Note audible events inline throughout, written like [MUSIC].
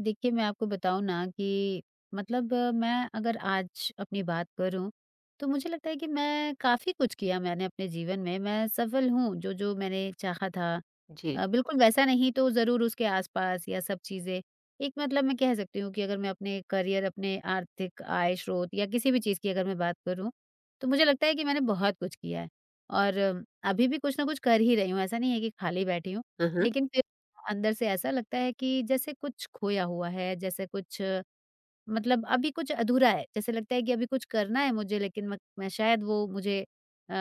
देखिए, मैं आपको बताऊँ ना कि मतलब मैं अगर आज अपनी बात करूँ, तो मुझे लगता है कि मैं काफ़ी कुछ किया मैंने अपने जीवन में। मैं सफल हूँ, जो-जो मैंने चाहा था जी। बिल्कुल वैसा नहीं तो ज़रूर उसके आस-पास या सब चीज़ें एक मतलब मैं कह सकती हूँ कि अगर मैं अपने करियर, अपने आर्थिक आय स्रोत या किसी भी चीज़ की अगर मैं बात करूँ, तो मुझे लगता है कि मैंने बहुत कुछ किया है। और अभी भी कुछ ना कुछ कर ही रही हूँ, ऐसा नहीं है कि खाली बैठी हूँ। हाँ, हाँ। लेकिन फिर अंदर से ऐसा लगता है कि जैसे कुछ खोया हुआ है, जैसे कुछ मतलब अभी कुछ अधूरा है, जैसे लगता है कि अभी कुछ करना है मुझे लेकिन म मैं शायद वो मुझे अ,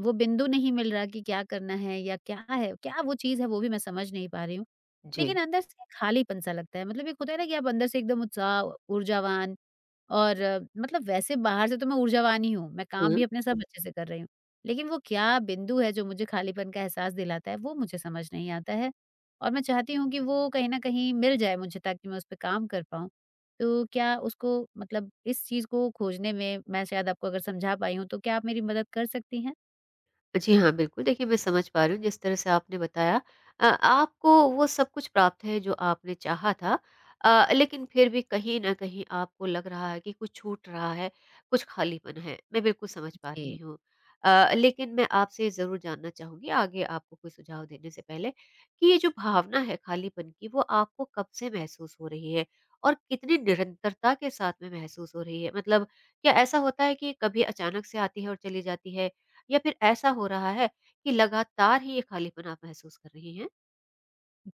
वो बिंदु नहीं मिल रहा कि क्या करना है या क्या है, क्या वो चीज़ है वो भी मैं समझ नहीं पा रही हूँ। लेकिन जी। अंदर से खालीपन-सा लगता है, मतलब एक होता है ना कि आप अंदर से एकदम उत्साह, ऊर्जावान और मतलब वैसे बाहर से तो मैं ऊर्जावान ही हूँ, मैं काम हुँ। भी अपने सब अच्छे से कर रही हूँ। लेकिन वो क्या बिंदु है जो मुझे खालीपन का एहसास दिलाता है, वो मुझे समझ नहीं आता है और मैं चाहती हूँ कि वो कहीं न कहीं मिल जाए मुझे ताकि मैं उस पे काम कर पाऊँ। तो क्या उसको मतलब इस चीज़ को खोजने में मैं शायद आपको अगर समझा पाई हूँ, तो क्या आप मेरी मदद कर सकती हैं? जी हाँ, बिल्कुल। देखिए, मैं समझ पा रही हूँ जिस तरह से आपने बताया आपको वो सब कुछ प्राप्त है जो आपने चाहा था लेकिन फिर भी कहीं न कहीं आपको लग रहा है कि कुछ छूट रहा है, कुछ खालीपन है। मैं बिल्कुल समझ पा रही जी। हूँ। लेकिन मैं आपसे ज़रूर जानना चाहूँगी आगे आपको कोई सुझाव देने से पहले कि ये जो भावना है खालीपन की, वो आपको कब से महसूस हो रही है और कितनी निरंतरता के साथ में महसूस हो रही है? मतलब क्या ऐसा होता है कि कभी अचानक से आती है और चली जाती है या फिर ऐसा हो रहा है कि लगातार ही ये खालीपन आप महसूस कर रही हैं?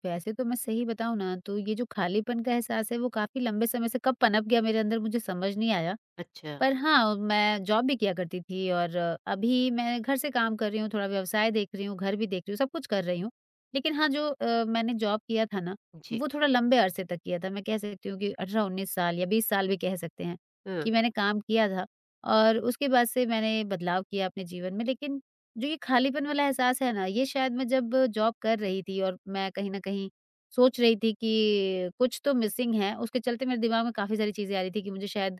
वैसे तो मैं सही बताऊँ ना, तो ये जो खालीपन का एहसास है, वो काफ़ी लंबे समय से कब पनप गया मेरे अंदर मुझे समझ नहीं आया। अच्छा, पर हाँ, मैं जॉब भी किया करती थी और अभी मैं घर से काम कर रही हूँ, थोड़ा व्यवसाय देख रही हूँ, घर भी देख रही हूँ, सब कुछ कर रही हूँ। लेकिन हाँ, जो मैंने जॉब किया था ना, जी। वो थोड़ा लंबे अरसे तक किया था। मैं कह सकती हूँ कि 18-19 साल या 20 साल भी कह सकते हैं हाँ। कि मैंने काम किया था और उसके बाद से मैंने बदलाव किया अपने जीवन में। लेकिन जो ये खालीपन वाला एहसास है ना, ये शायद मैं जब जॉब कर रही थी और मैं कहीं न कहीं सोच रही थी कि कुछ तो मिसिंग है, उसके चलते मेरे दिमाग में काफ़ी सारी चीज़ें आ रही थी कि मुझे शायद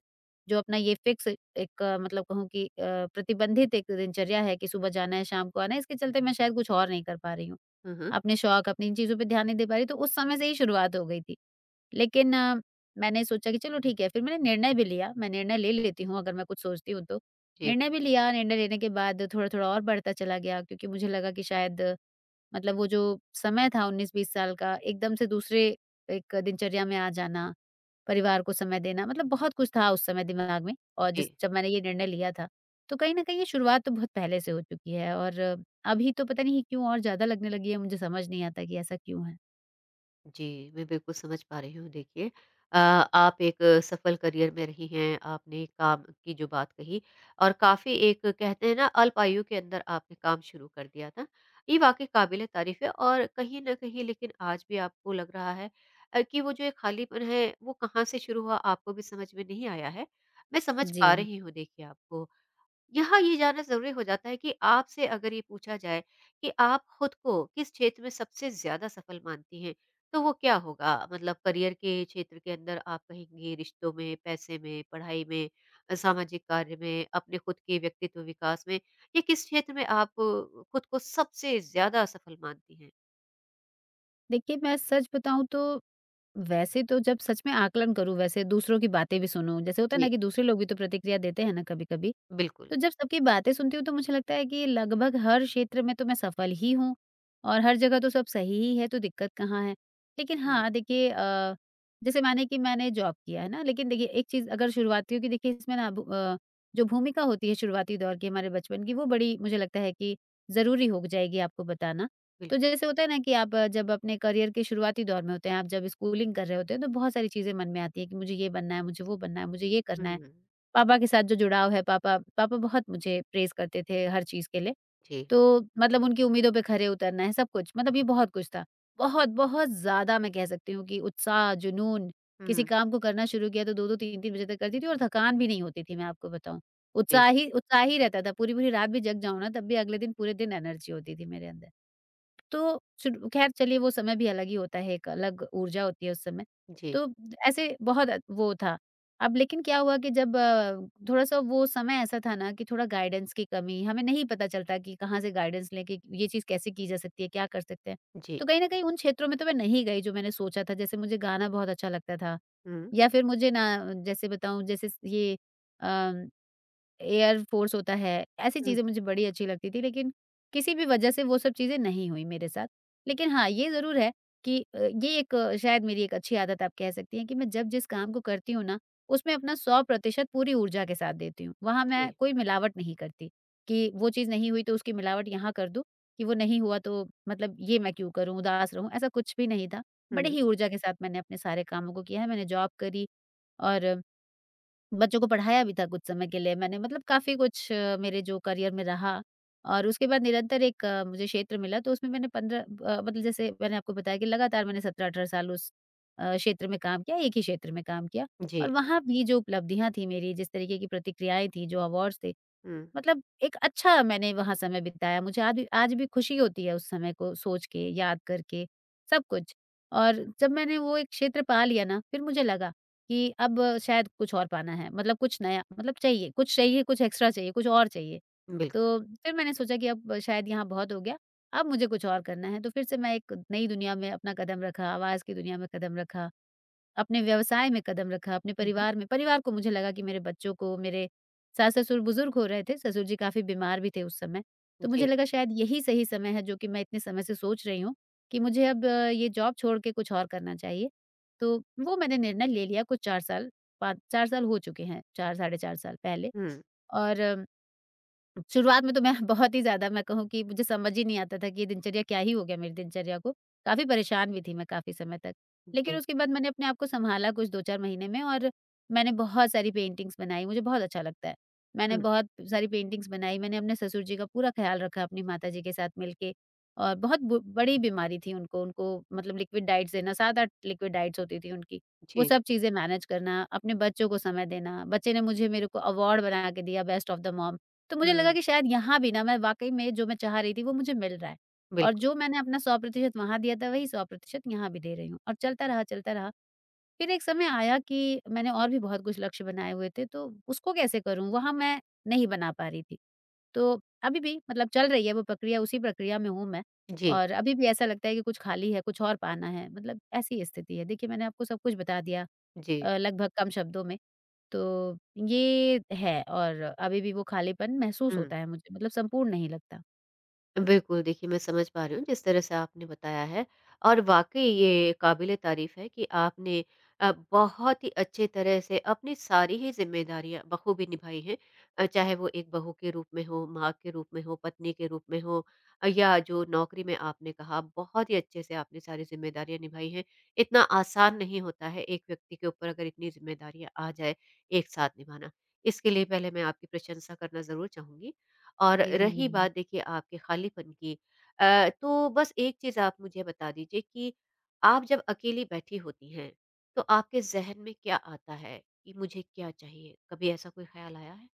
जो अपना ये फिक्स एक मतलब कहूँ कि प्रतिबंधित एक दिनचर्या है कि सुबह जाना है, शाम को आना है, इसके चलते मैं शायद कुछ और नहीं कर पा रही हूँ। हुँ, हुँ। अपने शौक, अपनी इन चीज़ों पे ध्यान नहीं दे पा रही, तो उस समय से ही शुरुआत हो गई थी। लेकिन मैंने सोचा कि चलो ठीक है, फिर मैंने निर्णय भी लिया, मैं निर्णय ले लेती हूँ अगर मैं कुछ सोचती हूँ तो। जी, निर्णय भी लिया, निर्णय लेने के बाद थोड़ा-थोड़ा और बढ़ता चला गया क्योंकि मुझे लगा कि शायद मतलब वो जो समय था 19-20 साल का एकदम से दूसरे एक दिनचर्या में आ जाना, परिवार को समय देना मतलब बहुत कुछ था उस समय दिमाग में और जिस जी, जब मैंने ये निर्णय लिया था, तो कहीं न कहीं ये शुरुआत तो बहुत पहले से हो चुकी है और अभी तो पता नहीं क्यों और ज़्यादा लगने लगी है मुझे समझ नहीं आता कि ऐसा क्यों है? जी। मैं बिल्कुल समझ पा रही हूँ। देखिए, आप एक सफल करियर में रही हैं, आपने काम की जो बात कही और काफ़ी एक कहते हैं ना अल्प आयु के अंदर आपने काम शुरू कर दिया था। ये वाक़ई काबिले तारीफ़ है और कहीं न कहीं लेकिन आज भी आपको लग रहा है कि वो जो एक खालीपन है वो कहाँ से शुरू हुआ आपको भी समझ में नहीं आया है। मैं समझ जी। पा रही हूँ। देखिए, आपको यहाँ ये जानना ज़रूरी हो जाता है कि आपसे अगर ये पूछा जाए कि आप खुद को किस क्षेत्र में सबसे ज़्यादा सफल मानती हैं, तो वो क्या होगा? मतलब करियर के क्षेत्र के अंदर आप कहेंगी रिश्तों में, पैसे में, पढ़ाई में, सामाजिक कार्य में, अपने खुद के व्यक्तित्व विकास में, या किस क्षेत्र में आप खुद को सबसे ज़्यादा सफल मानती हैं? देखिए मैं सच बताऊँ तो वैसे तो जब सच में आकलन करूँ, वैसे दूसरों की बातें भी सुनूँ, जैसे होता है ना जी, कि दूसरे लोग भी तो प्रतिक्रिया देते हैं ना कभी-कभी, बिल्कुल। तो जब सबकी बातें सुनती हूँ तो मुझे लगता है कि लगभग हर क्षेत्र में तो मैं सफल ही हूँ और हर जगह तो सब सही ही है, तो दिक्कत कहाँ है। लेकिन हुँ, हाँ, देखिए जैसे माने कि मैंने जॉब किया है ना, लेकिन देखिए एक चीज़ अगर शुरुआतियों की देखिए इसमें ना जो भूमिका होती है शुरुआती दौर की हमारे बचपन की, वो बड़ी मुझे लगता है कि ज़रूरी हो जाएगी आपको बताना। तो बिल्कुल। जैसे होता है ना कि आप जब अपने करियर के शुरुआती दौर में होते हैं, आप जब स्कूलिंग कर रहे होते हैं तो बहुत सारी चीज़ें मन में आती है कि मुझे ये बनना है, मुझे वो बनना है, मुझे ये करना है। हुँ, पापा के साथ जो जुड़ाव है पापा पापा बहुत मुझे प्रेज़ करते थे हर चीज़ के लिए। जी। तो मतलब उनकी उम्मीदों पे खरे उतरना है सब कुछ, मतलब ये बहुत कुछ था। बहुत, बहुत ज़्यादा मैं कह सकती हूँ कि उत्साह, जुनून, किसी हुँ, काम को करना शुरू किया तो 2-2 3-3 बजे तक करती थी और थकान भी नहीं होती थी मैं आपको बताऊँ। जी, उत्साह ही रहता था पूरी-पूरी रात भी जग जाऊँ ना तब भी अगले दिन पूरे दिन एनर्जी होती थी मेरे अंदर। तो शुरू खैर चलिए वो समय भी अलग ही होता है, एक अलग ऊर्जा होती है उस समय। जी, तो ऐसे बहुत वो था। अब लेकिन क्या हुआ कि जब थोड़ा-सा वो समय ऐसा था ना कि थोड़ा गाइडेंस की कमी, हमें नहीं पता चलता कि कहाँ से गाइडेंस लें कि ये चीज़ कैसे की जा सकती है, क्या कर सकते हैं। जी। तो कहीं न कहीं उन क्षेत्रों में तो मैं नहीं गई जो मैंने सोचा था, जैसे मुझे गाना बहुत अच्छा लगता था हुँ, या फिर मुझे ना जैसे बताऊँ जैसे ये अ एयर फ़ोर्स होता है, ऐसी हुँ, चीज़ें मुझे बड़ी अच्छी लगती थी लेकिन किसी भी वजह से वो सब चीज़ें नहीं हुई मेरे साथ। लेकिन हाँ, ये ज़रूर है कि ये एक शायद मेरी एक अच्छी आदत आप कह सकती हैं कि मैं जब जिस काम को करती हूँ ना, उसमें अपना 100% पूरी ऊर्जा के साथ देती हूँ। वहाँ मैं जी। कोई मिलावट नहीं करती कि वो चीज़ नहीं हुई तो उसकी मिलावट यहाँ कर दूँ, कि वो नहीं हुआ तो मतलब ये मैं क्यों करूँ, उदास रहूँ, ऐसा कुछ भी नहीं था। बड़े हुँ, ही ऊर्जा के साथ मैंने अपने सारे कामों को किया है, मैंने जॉब करी और बच्चों को पढ़ाया भी था कुछ समय के लिए मैंने मतलब काफ़ी कुछ मेरे जो करियर में रहा और उसके बाद निरंतर एक मुझे क्षेत्र मिला तो उसमें मैंने 15 मतलब जैसे मैंने आपको बताया कि लगातार मैंने 17-18 साल उस क्षेत्र में काम किया, एक ही क्षेत्र में काम किया जी। और वहाँ भी जो उपलब्धियाँ थी मेरी, जिस तरीके की प्रतिक्रियाएँ थी, जो अवार्ड्स थे, हुँ, मतलब एक अच्छा मैंने वहाँ समय बिताया। मुझे आज भी खुशी होती है उस समय को सोच के, याद करके, सब कुछ। और हुँ, जब मैंने वो एक क्षेत्र पा लिया ना, फिर मुझे लगा कि अब शायद कुछ और पाना है, मतलब कुछ नया मतलब चाहिए, कुछ एक्स्ट्रा चाहिए, कुछ और चाहिए। बिल्कुल। तो फिर मैंने सोचा कि अब शायद यहाँ बहुत हो गया, अब मुझे कुछ और करना है। तो फिर से मैं एक नई दुनिया में अपना कदम रखा, आवाज़ की दुनिया में कदम रखा। अपने व्यवसाय में कदम रखा, अपने हुँ, हुँ। परिवार में परिवार को मुझे लगा कि मेरे बच्चों को मेरे सास-ससुर बुजुर्ग हो रहे थे, ससुर जी काफ़ी बीमार भी थे उस समय। तो जी। मुझे लगा शायद यही सही समय है जो कि मैं इतने समय से सोच रही हूँ, कि मुझे अब ये जॉब छोड़ के कुछ और करना चाहिए। तो वो मैंने निर्णय ले लिया कुछ 4 साल, 5 4 साल हो चुके हैं, 4 साढ़े 4 साल पहले हुँ। और शुरुआत में तो मैं [LAUGHS] बहुत ही ज़्यादा मैं कहूँ कि मुझे समझ ही नहीं आता था कि ये दिनचर्या क्या ही हो गया मेरी दिनचर्या को। काफ़ी परेशान भी थी मैं काफ़ी समय तक। लेकिन जी। उसके बाद मैंने अपने आप को सँभाला कुछ 2-4 महीने में और मैंने बहुत सारी पेंटिंग्स बनाई, मुझे बहुत अच्छा लगता है। मैंने हुँ। बहुत सारी पेंटिंग्स बनाई, मैंने अपने ससुर जी का पूरा ख़्याल रखा अपनी माता जी के साथ मिलके और बहुत ब बड़ी बीमारी थी उनको, उनको मतलब लिक्विड डाइट्स देना, 7-8 लिक्विड डाइट्स होती थी उनकी। वो जी। सब चीज़ें मैनेज करना, अपने बच्चों को समय देना, बच्चे ने मुझे मेरे को अवार्ड बना के दिया बेस्ट ऑफ द मॉम। तो मुझे लगा हुँ। कि शायद यहाँ भी ना मैं वाक़ई में जो मैं चाह रही थी वो मुझे मिल रहा है और बिल्कुल। जो मैंने अपना 100% वहाँ दिया था वही 100% यहाँ भी दे रही हूँ और चलता रहा, चलता रहा। फिर एक समय आया कि मैंने और भी बहुत कुछ लक्ष्य बनाए हुए थे तो उसको कैसे करूँ? वहाँ मैं नहीं बना पा रही थी। तो अभी भी मतलब चल रही है वो प्रक्रिया, उसी प्रक्रिया में हूँ मैं जी, और अभी भी ऐसा लगता है कि कुछ खाली है, कुछ और पाना है, मतलब ऐसी स्थिति है। देखिए मैंने आपको सब कुछ बता दिया जी। लगभग कम शब्दों में। तो ये है और अभी भी वो खालीपन महसूस हुँ। होता है मुझे मतलब संपूर्ण नहीं लगता। बिल्कुल। देखिए, मैं समझ पा रही हूँ जिस तरह से आपने बताया है और वाक़ई ये काबिले तारीफ़ है कि आपने बहुत ही अच्छे तरह से अपनी सारी ही ज़िम्मेदारियाँ बख़ूबी निभाई हैं। चाहे वो एक बहू के रूप में हो, माँ के रूप में हो, पत्नी के रूप में हो, या जो नौकरी में आपने कहा, बहुत ही अच्छे से आपने सारी ज़िम्मेदारियाँ निभाई हैं। इतना आसान नहीं होता है एक व्यक्ति के ऊपर अगर इतनी ज़िम्मेदारियाँ आ जाए एक साथ निभाना। इसके लिए पहले मैं आपकी प्रशंसा करना ज़रूर चाहूँगी। और जी, रही धन्यवाद। बात देखिए आपके खालीपन की, तो बस एक चीज़ आप मुझे बता दीजिए कि आप जब अकेली बैठी होती हैं, तो आपके ज़हन में क्या आता है कि मुझे क्या चाहिए? कभी ऐसा कोई ख़्याल आया है?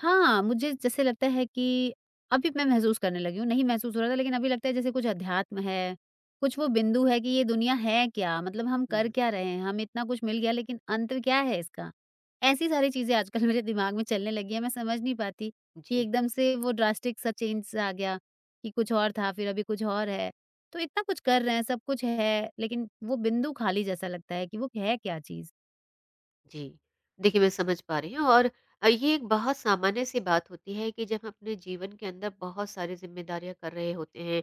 हाँ, मुझे जैसे लगता है कि अभी मैं महसूस करने लगी हूँ, नहीं महसूस हो रहा था लेकिन अभी लगता है जैसे कुछ अध्यात्म है, कुछ वो बिंदु है कि ये दुनिया है क्या? मतलब हम कर हुँ। क्या रहे हैं? हमें इतना कुछ मिल गया लेकिन अंत क्या है इसका? ऐसी सारी चीज़ें आजकल मेरे दिमाग में चलने लगी हैं, मैं समझ नहीं पाती कि जी। एकदम से वो ड्रास्टिक सा चेंज सा आ गया कि कुछ और था फिर अभी कुछ और है। तो इतना कुछ कर रहे हैं, सब कुछ है, लेकिन वो बिंदु खाली जैसा लगता है कि वो है क्या चीज़? जी। देखिए, मैं समझ पा रही हूँ और ये एक बहुत सामान्य-सी बात होती है कि जब हम अपने जीवन के अंदर बहुत सारी ज़िम्मेदारियाँ कर रहे होते हैं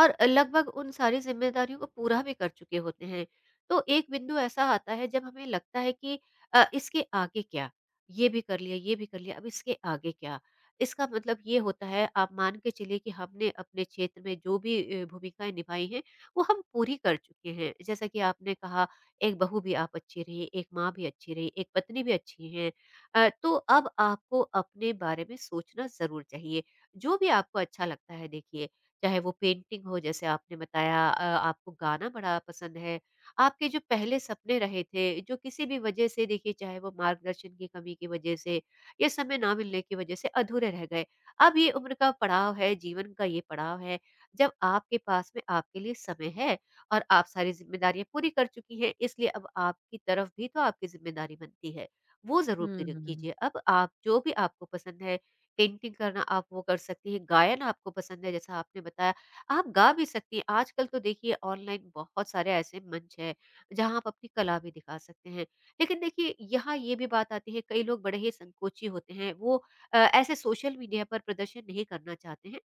और लगभग उन सारी ज़िम्मेदारियों को पूरा भी कर चुके होते हैं, तो एक बिंदु ऐसा आता है जब हमें लगता है कि इसके आगे क्या? ये भी कर लिया, ये भी कर लिया, अब इसके आगे क्या? इसका मतलब ये होता है आप मान के चलिए कि हमने अपने क्षेत्र में जो भी भूमिकाएँ निभाई हैं, वो हम पूरी कर चुके हैं। जैसा कि आपने कहा, एक बहू भी आप अच्छी रही, एक माँ भी अच्छी रही, एक पत्नी भी अच्छी हैं। तो अब आपको अपने बारे में सोचना ज़रूर चाहिए। जो भी आपको अच्छा लगता है देखिए, चाहे वो पेंटिंग हो जैसे आपने बताया, आपको गाना बड़ा पसंद है। आपके जो पहले सपने रहे थे, जो किसी भी वजह से देखिए चाहे वो मार्गदर्शन की कमी की वजह से या समय ना मिलने की वजह से अधूरे रह गए। अब ये उम्र का पड़ाव है, जीवन का ये पड़ाव है, जब आपके पास में आपके लिए समय है और आप सारी ज़िम्मेदारियाँ पूरी कर चुकी हैं, इसलिए अब आपकी तरफ भी तो आपकी ज़िम्मेदारी बनती है। वो ज़रूर हुँ, पूरी हुँ। कीजिए। अब आप जो भी आपको पसंद है, पेंटिंग करना आप वो कर सकती हैं, गायन आपको पसंद है जैसा आपने बताया, आप गा भी सकती हैं। आजकल तो देखिए ऑनलाइन बहुत सारे ऐसे मंच हैं, जहाँ आप अपनी कला भी दिखा सकते हैं। लेकिन देखिए यहाँ ये भी बात आती है, कई लोग बड़े ही संकोची होते हैं, वो ऐसे सोशल मीडिया पर प्रदर्शन नहीं करना चाहते हैं।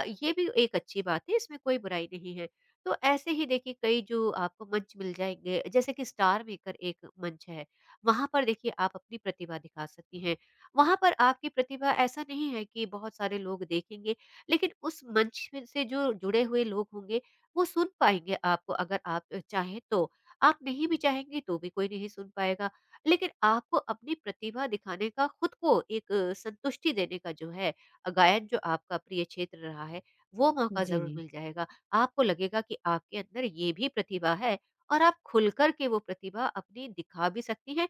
ये भी एक अच्छी बात है, इसमें कोई बुराई नहीं है। तो ऐसे ही देखिए कई जो आपको मंच मिल जाएँगे, जैसे कि स्टार मेकर एक मंच है, वहाँ पर देखिए आप अपनी प्रतिभा दिखा सकती हैं। वहाँ पर आपकी प्रतिभा ऐसा नहीं है कि बहुत सारे लोग देखेंगे, लेकिन उस मंच में से जो जुड़े हुए लोग होंगे, वो सुन पाएँगे आपको अगर आप चाहें तो। आप नहीं भी चाहेंगी तो भी कोई नहीं सुन पाएगा, लेकिन आपको अपनी प्रतिभा दिखाने का, खुद को एक संतुष्टि देने का जो है, गायन जो आपका प्रिय क्षेत्र रहा है, वो मौका ज़रूर जी। मिल जाएगा। आपको लगेगा कि आपके अंदर ये भी प्रतिभा है और आप खुल कर के वो प्रतिभा अपनी दिखा भी सकती हैं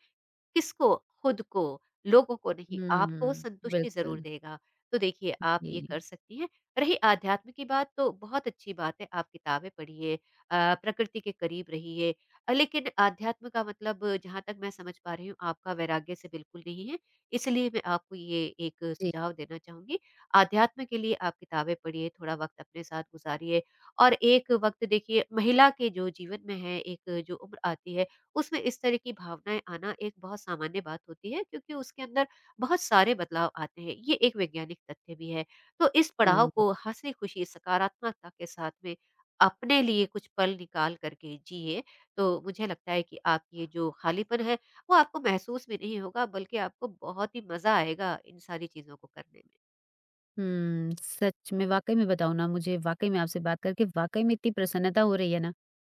किसको? खुद को, लोगों को नहीं, आपको वो हुँ, संतुष्टि ज़रूर बिल्कुल। देगा। तो देखिए आप ये जी। कर सकती हैं। रही आध्यात्म की बात तो बहुत अच्छी बात है, आप किताबें पढ़िए, प्रकृति के करीब रहिए। लेकिन आध्यात्म का मतलब जहाँ तक मैं समझ पा रही हूँ आपका वैराग्य से बिल्कुल नहीं है, इसलिए मैं आपको ये एक जी, सुझाव देना चाहूँगी। आध्यात्म के लिए आप किताबें पढ़िए, थोड़ा वक़्त अपने साथ गुज़ारिए और एक वक़्त देखिए महिला के जो जीवन में है, एक जो उम्र आती है उसमें इस तरह की भावनाएँ आना एक बहुत सामान्य बात होती है क्योंकि उसके अंदर बहुत सारे बदलाव आते हैं, ये एक वैज्ञानिक तथ्य भी है। तो इस पड़ाव ओह! को हँसी-खुशी सकारात्मकता के साथ में अपने लिए कुछ पल निकाल कर के जिए, तो मुझे लगता है कि आप ये जो खालीपन है, वो आपको महसूस भी नहीं होगा बल्कि आपको बहुत ही मज़ा आएगा इन सारी चीज़ों को करने में। हुँ, सच में वाक़ई में बताऊँ ना मुझे वाक़ई में आपसे बात करके वाक़ई में इतनी प्रसन्नता हो रही है ना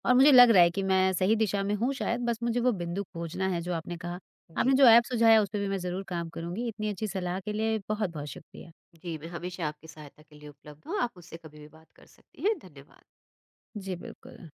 और मुझे लग रहा है कि मैं सही दिशा में हूँ शायद, बस मुझे वो बिंदु खोजना है जो आपने कहा। जी। आपने जो ऐप सुझाया उस पे भी मैं ज़रूर काम करूँगी। इतनी अच्छी सलाह के लिए बहुत-बहुत शुक्रिया। जी, मैं हमेशा आपकी सहायता के लिए उपलब्ध हूँ, आप मुझसे कभी भी बात कर सकती हैं। धन्यवाद। जी, बिल्कुल।